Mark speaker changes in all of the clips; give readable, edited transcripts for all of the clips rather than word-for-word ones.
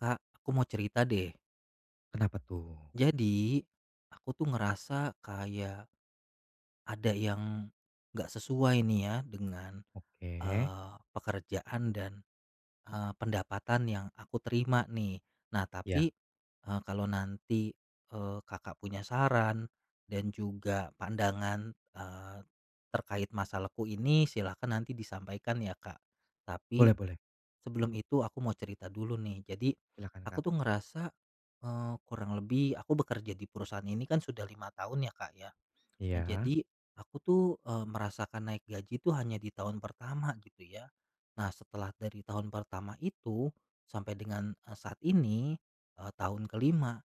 Speaker 1: Kak, aku mau cerita deh.
Speaker 2: Kenapa tuh?
Speaker 1: Jadi, aku tuh ngerasa kayak ada yang nggak sesuai nih ya dengan
Speaker 2: Oke.
Speaker 1: pekerjaan dan pendapatan yang aku terima nih. Nah,
Speaker 2: Ya.
Speaker 1: tapi kalau nanti kakak punya saran dan juga pandangan terkait masalahku ini, silahkan nanti disampaikan ya kak. Tapi
Speaker 2: Boleh boleh.
Speaker 1: sebelum itu aku mau cerita dulu nih. Jadi
Speaker 2: Silakan,
Speaker 1: aku
Speaker 2: Kak.
Speaker 1: tuh ngerasa kurang lebih aku bekerja di perusahaan ini kan sudah 5 tahun ya kak ya. Nah
Speaker 2: Iya.
Speaker 1: jadi aku tuh merasakan naik gaji tuh hanya di tahun pertama gitu ya. Nah setelah dari tahun pertama itu sampai dengan saat ini tahun kelima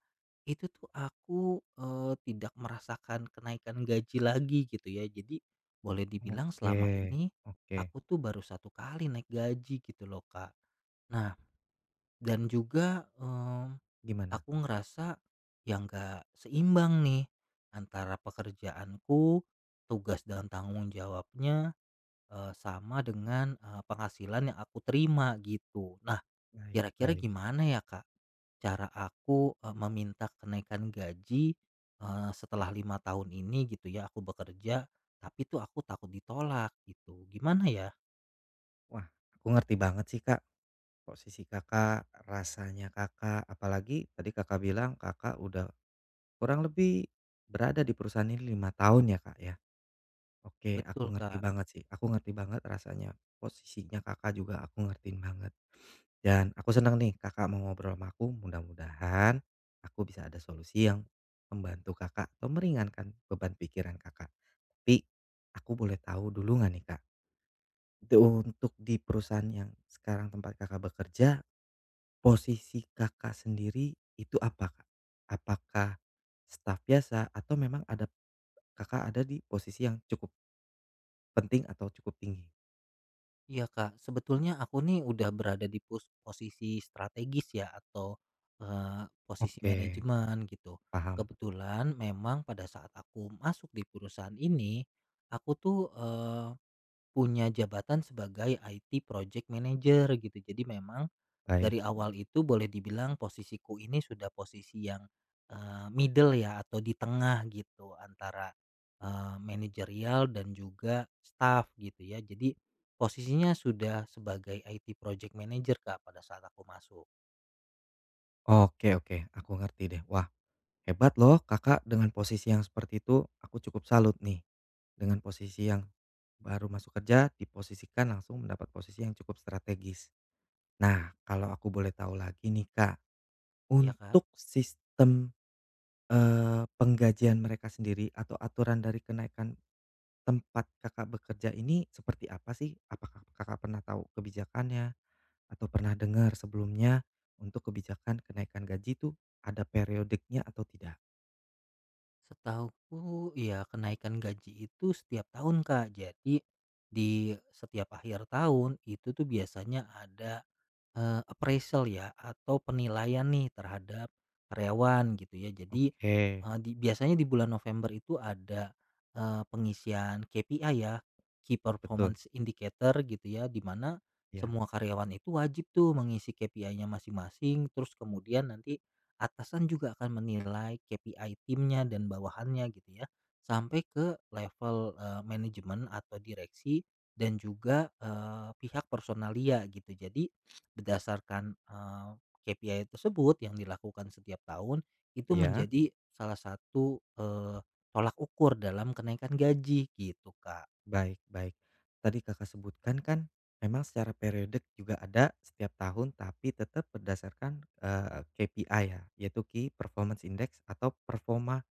Speaker 1: itu tuh aku tidak merasakan kenaikan gaji lagi gitu ya. Jadi boleh dibilang
Speaker 2: Oke.
Speaker 1: selama ini
Speaker 2: Oke.
Speaker 1: aku tuh baru satu kali naik gaji gitu loh kak. Nah, dan juga,
Speaker 2: Gimana?
Speaker 1: aku ngerasa yang gak seimbang nih antara pekerjaanku, tugas dan tanggung jawabnya, sama dengan, penghasilan yang aku terima gitu. Nah,
Speaker 2: Baik
Speaker 1: kira-kira
Speaker 2: baik.
Speaker 1: gimana ya, Kak, cara aku, meminta kenaikan gaji, setelah 5 tahun ini gitu ya aku bekerja, tapi tuh aku takut ditolak gitu. Gimana ya?
Speaker 2: Wah, aku ngerti banget sih, Kak, posisi Kakak, rasanya Kakak, apalagi tadi Kakak bilang Kakak udah kurang lebih berada di perusahaan ini 5 tahun ya, Kak, ya. Oke, aku
Speaker 1: Betul,
Speaker 2: ngerti
Speaker 1: Kak.
Speaker 2: banget sih, aku ngerti banget rasanya, posisinya Kakak juga aku ngertiin banget. Dan aku senang nih Kakak mau ngobrol sama aku, mudah-mudahan aku bisa ada solusi yang membantu Kakak atau meringankan beban pikiran Kakak. Tapi aku boleh tahu dulu nggak nih Kak, untuk di perusahaan yang sekarang tempat Kakak bekerja, posisi Kakak sendiri itu apa Kak? Apakah staf biasa atau memang Kakak ada di posisi yang cukup penting atau cukup tinggi?
Speaker 1: Iya Kak, sebetulnya aku nih udah berada di posisi strategis ya atau posisi
Speaker 2: Oke,
Speaker 1: manajemen gitu.
Speaker 2: paham,
Speaker 1: Kebetulan memang pada saat aku masuk di perusahaan ini, aku tuh punya jabatan sebagai IT Project Manager gitu. Jadi memang
Speaker 2: baik.
Speaker 1: dari awal itu boleh dibilang posisiku ini sudah posisi yang, middle ya atau di tengah gitu antara, manajerial dan juga staff gitu ya. Jadi posisinya sudah sebagai IT project manager, Kak, pada saat aku masuk.
Speaker 2: Oke oke, aku ngerti deh. Wah, hebat loh Kakak dengan posisi yang seperti itu, aku cukup salut nih. Dengan posisi yang baru masuk kerja, diposisikan langsung mendapat posisi yang cukup strategis. Nah, kalau aku boleh tahu lagi nih Kak,
Speaker 1: Iya, Kak.
Speaker 2: untuk sistem, penggajian mereka sendiri atau aturan dari kenaikan tempat Kakak bekerja ini seperti apa sih? Apakah Kakak pernah tahu kebijakannya atau pernah dengar sebelumnya untuk kebijakan kenaikan gaji itu ada periodiknya atau tidak?
Speaker 1: Setahuku ya kenaikan gaji itu setiap tahun, Kak. Jadi di setiap akhir tahun itu tuh biasanya ada appraisal ya atau penilaian nih terhadap karyawan gitu ya. Jadi,
Speaker 2: Oke,
Speaker 1: biasanya di bulan November itu ada, pengisian KPI ya, Key
Speaker 2: betul.
Speaker 1: Performance Indicator gitu ya, di mana
Speaker 2: Ya,
Speaker 1: semua karyawan itu wajib tuh mengisi KPI-nya masing-masing, terus kemudian nanti atasan juga akan menilai KPI timnya dan bawahannya gitu ya, sampai ke level, manajemen atau direksi dan juga, pihak personalia gitu. Jadi berdasarkan, KPI tersebut yang dilakukan setiap tahun, itu
Speaker 2: ya,
Speaker 1: menjadi salah satu, tolak ukur dalam kenaikan gaji gitu, Kak.
Speaker 2: baik baik. Tadi Kakak sebutkan kan memang secara periodik juga ada setiap tahun tapi tetap berdasarkan, KPI ya, yaitu Key Performance Index atau performa,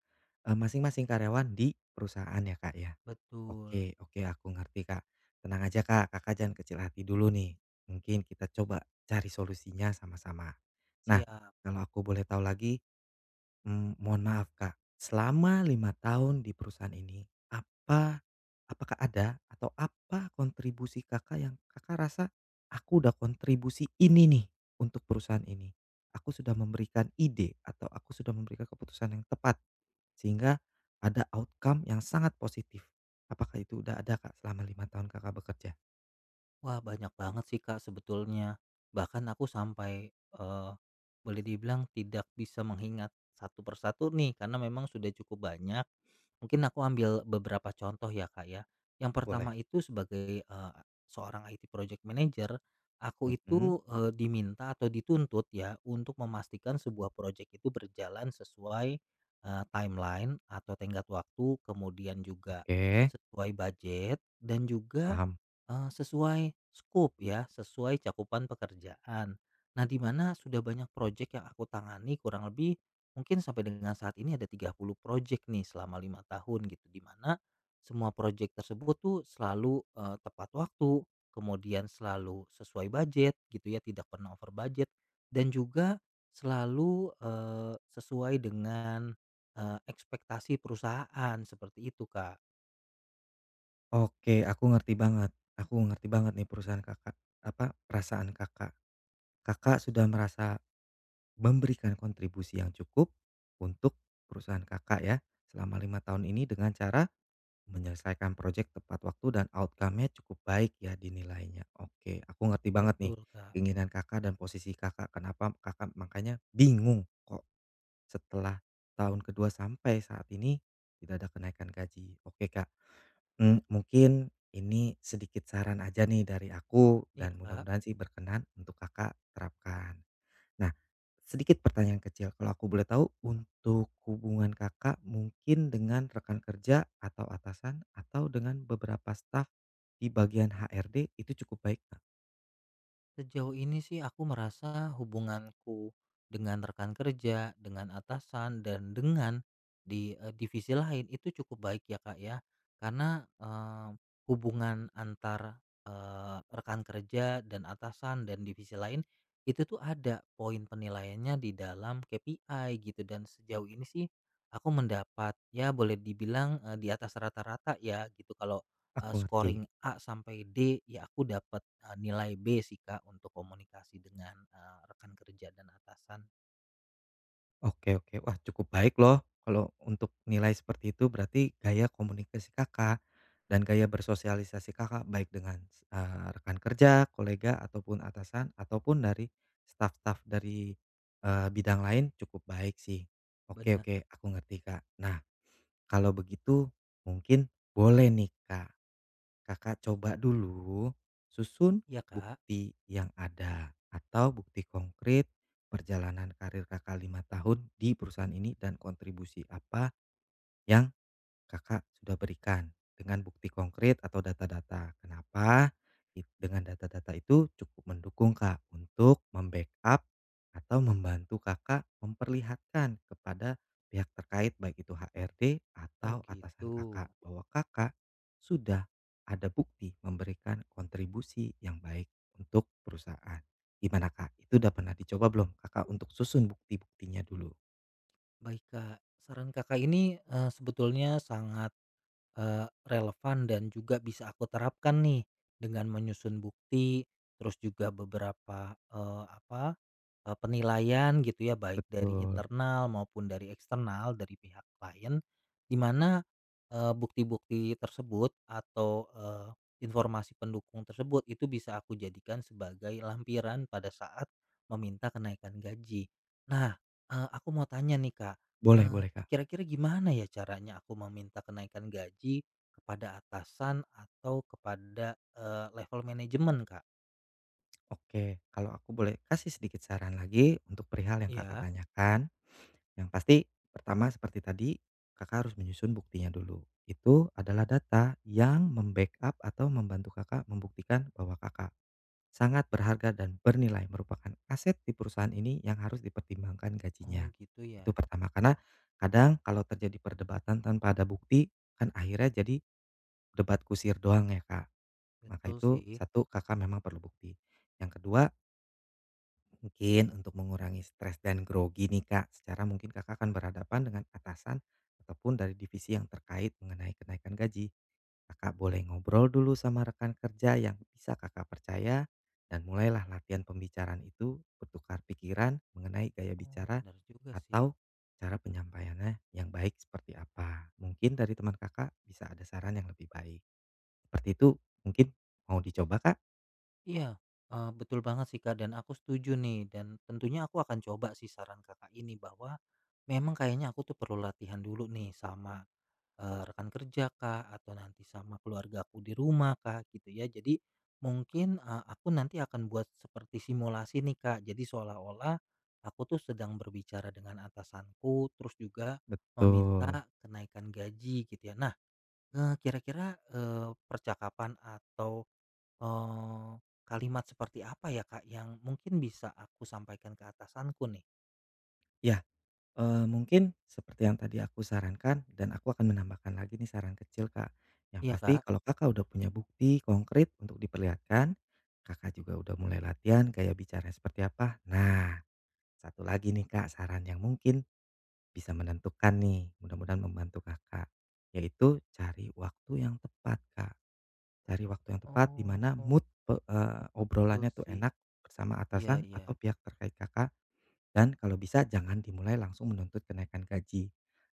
Speaker 2: masing-masing karyawan di perusahaan ya, Kak, ya?
Speaker 1: Betul,
Speaker 2: Oke oke, aku ngerti, Kak. Tenang aja, Kak, Kakak jangan kecil hati dulu nih, mungkin kita coba cari solusinya sama-sama. Nah,
Speaker 1: siap.
Speaker 2: kalau aku boleh tahu lagi. Mohon maaf Kak, selama 5 tahun di perusahaan ini, apa apakah ada atau apa kontribusi Kakak yang Kakak rasa, "Aku udah kontribusi ini nih untuk perusahaan ini. Aku sudah memberikan ide atau aku sudah memberikan keputusan yang tepat, sehingga ada outcome yang sangat positif." Apakah itu udah ada Kak selama 5 tahun Kakak bekerja?
Speaker 1: Wah, banyak banget sih, Kak, sebetulnya. Bahkan aku sampai, boleh dibilang tidak bisa mengingat satu persatu nih, karena memang sudah cukup banyak. Mungkin aku ambil beberapa contoh ya Kak ya. Yang
Speaker 2: Boleh.
Speaker 1: pertama itu sebagai seorang IT project manager, aku
Speaker 2: Mhm.
Speaker 1: itu diminta atau dituntut ya untuk memastikan sebuah project itu berjalan sesuai timeline atau tenggat waktu, kemudian juga
Speaker 2: Oke.
Speaker 1: sesuai budget dan juga
Speaker 2: Paham.
Speaker 1: sesuai scope ya, sesuai cakupan pekerjaan. Nah, di mana sudah banyak project yang aku tangani kurang lebih. Mungkin sampai dengan saat ini ada 30 project nih selama 5 tahun gitu, di mana semua project tersebut tuh selalu, tepat waktu, kemudian selalu sesuai budget gitu ya, tidak pernah over budget dan juga selalu, sesuai dengan, ekspektasi perusahaan, seperti itu, Kak.
Speaker 2: Oke, aku ngerti banget. Aku ngerti banget nih perusahaan Kakak, apa, perasaan Kakak. Kakak sudah merasa memberikan kontribusi yang cukup untuk perusahaan Kakak ya, selama 5 tahun ini dengan cara menyelesaikan proyek tepat waktu dan outcome-nya cukup baik ya dinilainya. Oke, aku ngerti banget nih
Speaker 1: Betul, Kak.
Speaker 2: keinginan Kakak dan posisi Kakak. Kenapa Kakak makanya bingung kok setelah tahun kedua sampai saat ini tidak ada kenaikan gaji. Oke, Kak. Mungkin ini sedikit saran aja nih dari aku
Speaker 1: Iya,
Speaker 2: dan
Speaker 1: Kak.
Speaker 2: mudah-mudahan sih berkenan untuk Kakak terapkan. Nah, sedikit pertanyaan kecil kalau aku boleh tahu untuk hubungan Kakak mungkin dengan rekan kerja atau atasan atau dengan beberapa staf di bagian HRD itu cukup baik, nggak?
Speaker 1: Sejauh ini sih aku merasa hubunganku dengan rekan kerja, dengan atasan dan dengan divisi lain itu cukup baik ya Kak ya. Karena hubungan antar rekan kerja dan atasan dan divisi lain itu tuh ada poin penilaiannya di dalam KPI gitu dan sejauh ini sih aku mendapat ya boleh dibilang di atas rata-rata ya gitu kalau
Speaker 2: Aku ngerti.
Speaker 1: Scoring A-D, ya aku dapat, nilai B sih, Kak, untuk komunikasi dengan, rekan kerja dan atasan.
Speaker 2: Oke oke. Wah, cukup baik loh kalau untuk nilai seperti itu berarti gaya komunikasi Kakak dan gaya bersosialisasi Kakak baik dengan, rekan kerja, kolega, ataupun atasan, ataupun dari staf-staf dari, bidang lain cukup baik sih. Oke
Speaker 1: Benar,
Speaker 2: oke, aku ngerti Kak. Nah, kalau begitu mungkin boleh nih Kak, Kakak coba dulu susun
Speaker 1: ya Kak.
Speaker 2: bukti yang ada atau bukti konkret perjalanan karir kakak lima tahun di perusahaan ini dan kontribusi apa yang Kakak sudah berikan dengan bukti konkret atau data-data. Kenapa? Dengan data-data itu cukup mendukung Kak untuk membackup atau membantu Kakak memperlihatkan kepada pihak terkait baik itu HRD
Speaker 1: Oh,
Speaker 2: atau atasan
Speaker 1: gitu.
Speaker 2: Kakak bahwa Kakak sudah ada bukti memberikan kontribusi yang baik untuk perusahaan. Gimana Kak? Itu udah pernah dicoba belum? Kakak untuk susun bukti-buktinya dulu.
Speaker 1: Baik, Kak. Saran Kakak ini, sebetulnya sangat relevan dan juga bisa aku terapkan nih dengan menyusun bukti, terus juga beberapa, apa, penilaian gitu ya baik dari
Speaker 2: Betul.
Speaker 1: internal maupun dari eksternal dari pihak klien, di mana, bukti-bukti tersebut atau, informasi pendukung tersebut itu bisa aku jadikan sebagai lampiran pada saat meminta kenaikan gaji. Nah, aku mau tanya nih Kak,
Speaker 2: Boleh,
Speaker 1: eh,
Speaker 2: boleh Kak.
Speaker 1: kira-kira gimana ya caranya aku meminta kenaikan gaji kepada atasan atau kepada, level manajemen, Kak?
Speaker 2: Oke, kalau aku boleh kasih sedikit saran lagi untuk perihal yang Kakak
Speaker 1: Iya.
Speaker 2: tanyakan, yang pasti pertama seperti tadi, Kakak harus menyusun buktinya dulu. Itu adalah data yang membackup atau membantu Kakak membuktikan bahwa Kakak sangat berharga dan bernilai merupakan aset di perusahaan ini yang harus dipertimbangkan
Speaker 1: Oh
Speaker 2: gajinya.
Speaker 1: gitu ya.
Speaker 2: Itu pertama, karena kadang kalau terjadi perdebatan tanpa ada bukti kan akhirnya jadi debat kusir doang ya, Kak. Maka
Speaker 1: Betul
Speaker 2: itu
Speaker 1: sih.
Speaker 2: satu Kakak memang perlu bukti. Yang kedua, mungkin untuk mengurangi stres dan grogi nih Kak, secara mungkin Kakak akan berhadapan dengan atasan ataupun dari divisi yang terkait mengenai kenaikan gaji. Kakak boleh ngobrol dulu sama rekan kerja yang bisa Kakak percaya dan mulailah latihan pembicaraan itu bertukar pikiran mengenai gaya
Speaker 1: Oh
Speaker 2: bicara
Speaker 1: bener juga sih.
Speaker 2: atau cara penyampaiannya yang baik seperti apa. Mungkin dari teman Kakak bisa ada saran yang lebih baik. Seperti itu mungkin mau dicoba Kak?
Speaker 1: Iya, betul banget sih, Kak, dan aku setuju nih dan tentunya aku akan coba sih saran Kakak ini bahwa memang kayaknya aku tuh perlu latihan dulu nih sama rekan kerja kah, atau nanti sama keluarga aku di rumah kah, gitu ya. Jadi mungkin, aku nanti akan buat seperti simulasi nih, Kak. Jadi seolah-olah aku tuh sedang berbicara dengan atasanku, terus juga
Speaker 2: Betul.
Speaker 1: meminta kenaikan gaji, gitu ya. Nah, kira-kira, percakapan atau, eee, kalimat seperti apa ya, Kak, yang mungkin bisa aku sampaikan ke atasanku nih?
Speaker 2: Ya. Mungkin seperti yang tadi aku sarankan dan aku akan menambahkan lagi nih saran kecil, Kak. Yang
Speaker 1: Iya,
Speaker 2: pasti
Speaker 1: Kak?
Speaker 2: kalau Kakak udah punya bukti konkret untuk diperlihatkan, Kakak juga udah mulai latihan gaya bicara seperti apa. Nah, satu lagi nih, Kak, saran yang mungkin bisa menentukan nih, mudah-mudahan membantu Kakak, yaitu cari waktu yang tepat, Kak. Cari waktu yang tepat di mana
Speaker 1: Oh,
Speaker 2: mood
Speaker 1: betul
Speaker 2: obrolannya tuh
Speaker 1: sih.
Speaker 2: enak bersama
Speaker 1: Iya
Speaker 2: atasan
Speaker 1: iya,
Speaker 2: atau pihak terkait Kakak dan kalau bisa jangan dimulai langsung menuntut kenaikan gaji,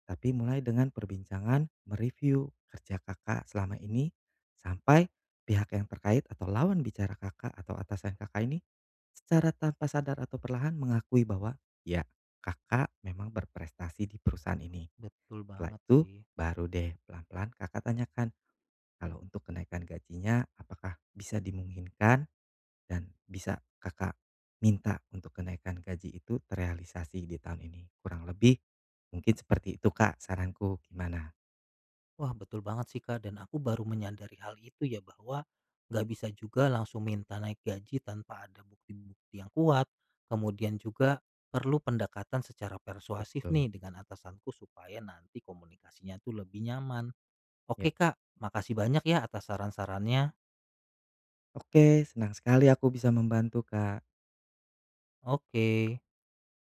Speaker 2: tapi mulai dengan perbincangan mereview kerja Kakak selama ini sampai pihak yang terkait atau lawan bicara Kakak atau atasan Kakak ini secara tanpa sadar atau perlahan mengakui bahwa, "Ya, Kakak memang berprestasi di perusahaan ini."
Speaker 1: betul
Speaker 2: Setelah
Speaker 1: banget
Speaker 2: itu
Speaker 1: sih.
Speaker 2: baru deh pelan-pelan Kakak tanyakan, "Kalau untuk kenaikan gajinya apakah bisa dimungkinkan?" Dan bisa Kakak minta untuk kenaikan gaji itu terrealisasi di tahun ini. Kurang lebih mungkin seperti itu, Kak, saranku. Gimana?
Speaker 1: Wah, betul banget sih, Kak, dan aku baru menyadari hal itu ya bahwa nggak bisa juga langsung minta naik gaji tanpa ada bukti-bukti yang kuat. Kemudian juga perlu pendekatan secara persuasif
Speaker 2: Betul.
Speaker 1: nih dengan atasanku supaya nanti komunikasinya tuh lebih nyaman.
Speaker 2: Ya.
Speaker 1: Oke, Kak, makasih banyak ya atas saran-sarannya.
Speaker 2: Oke, senang sekali aku bisa membantu, Kak.
Speaker 1: Oke.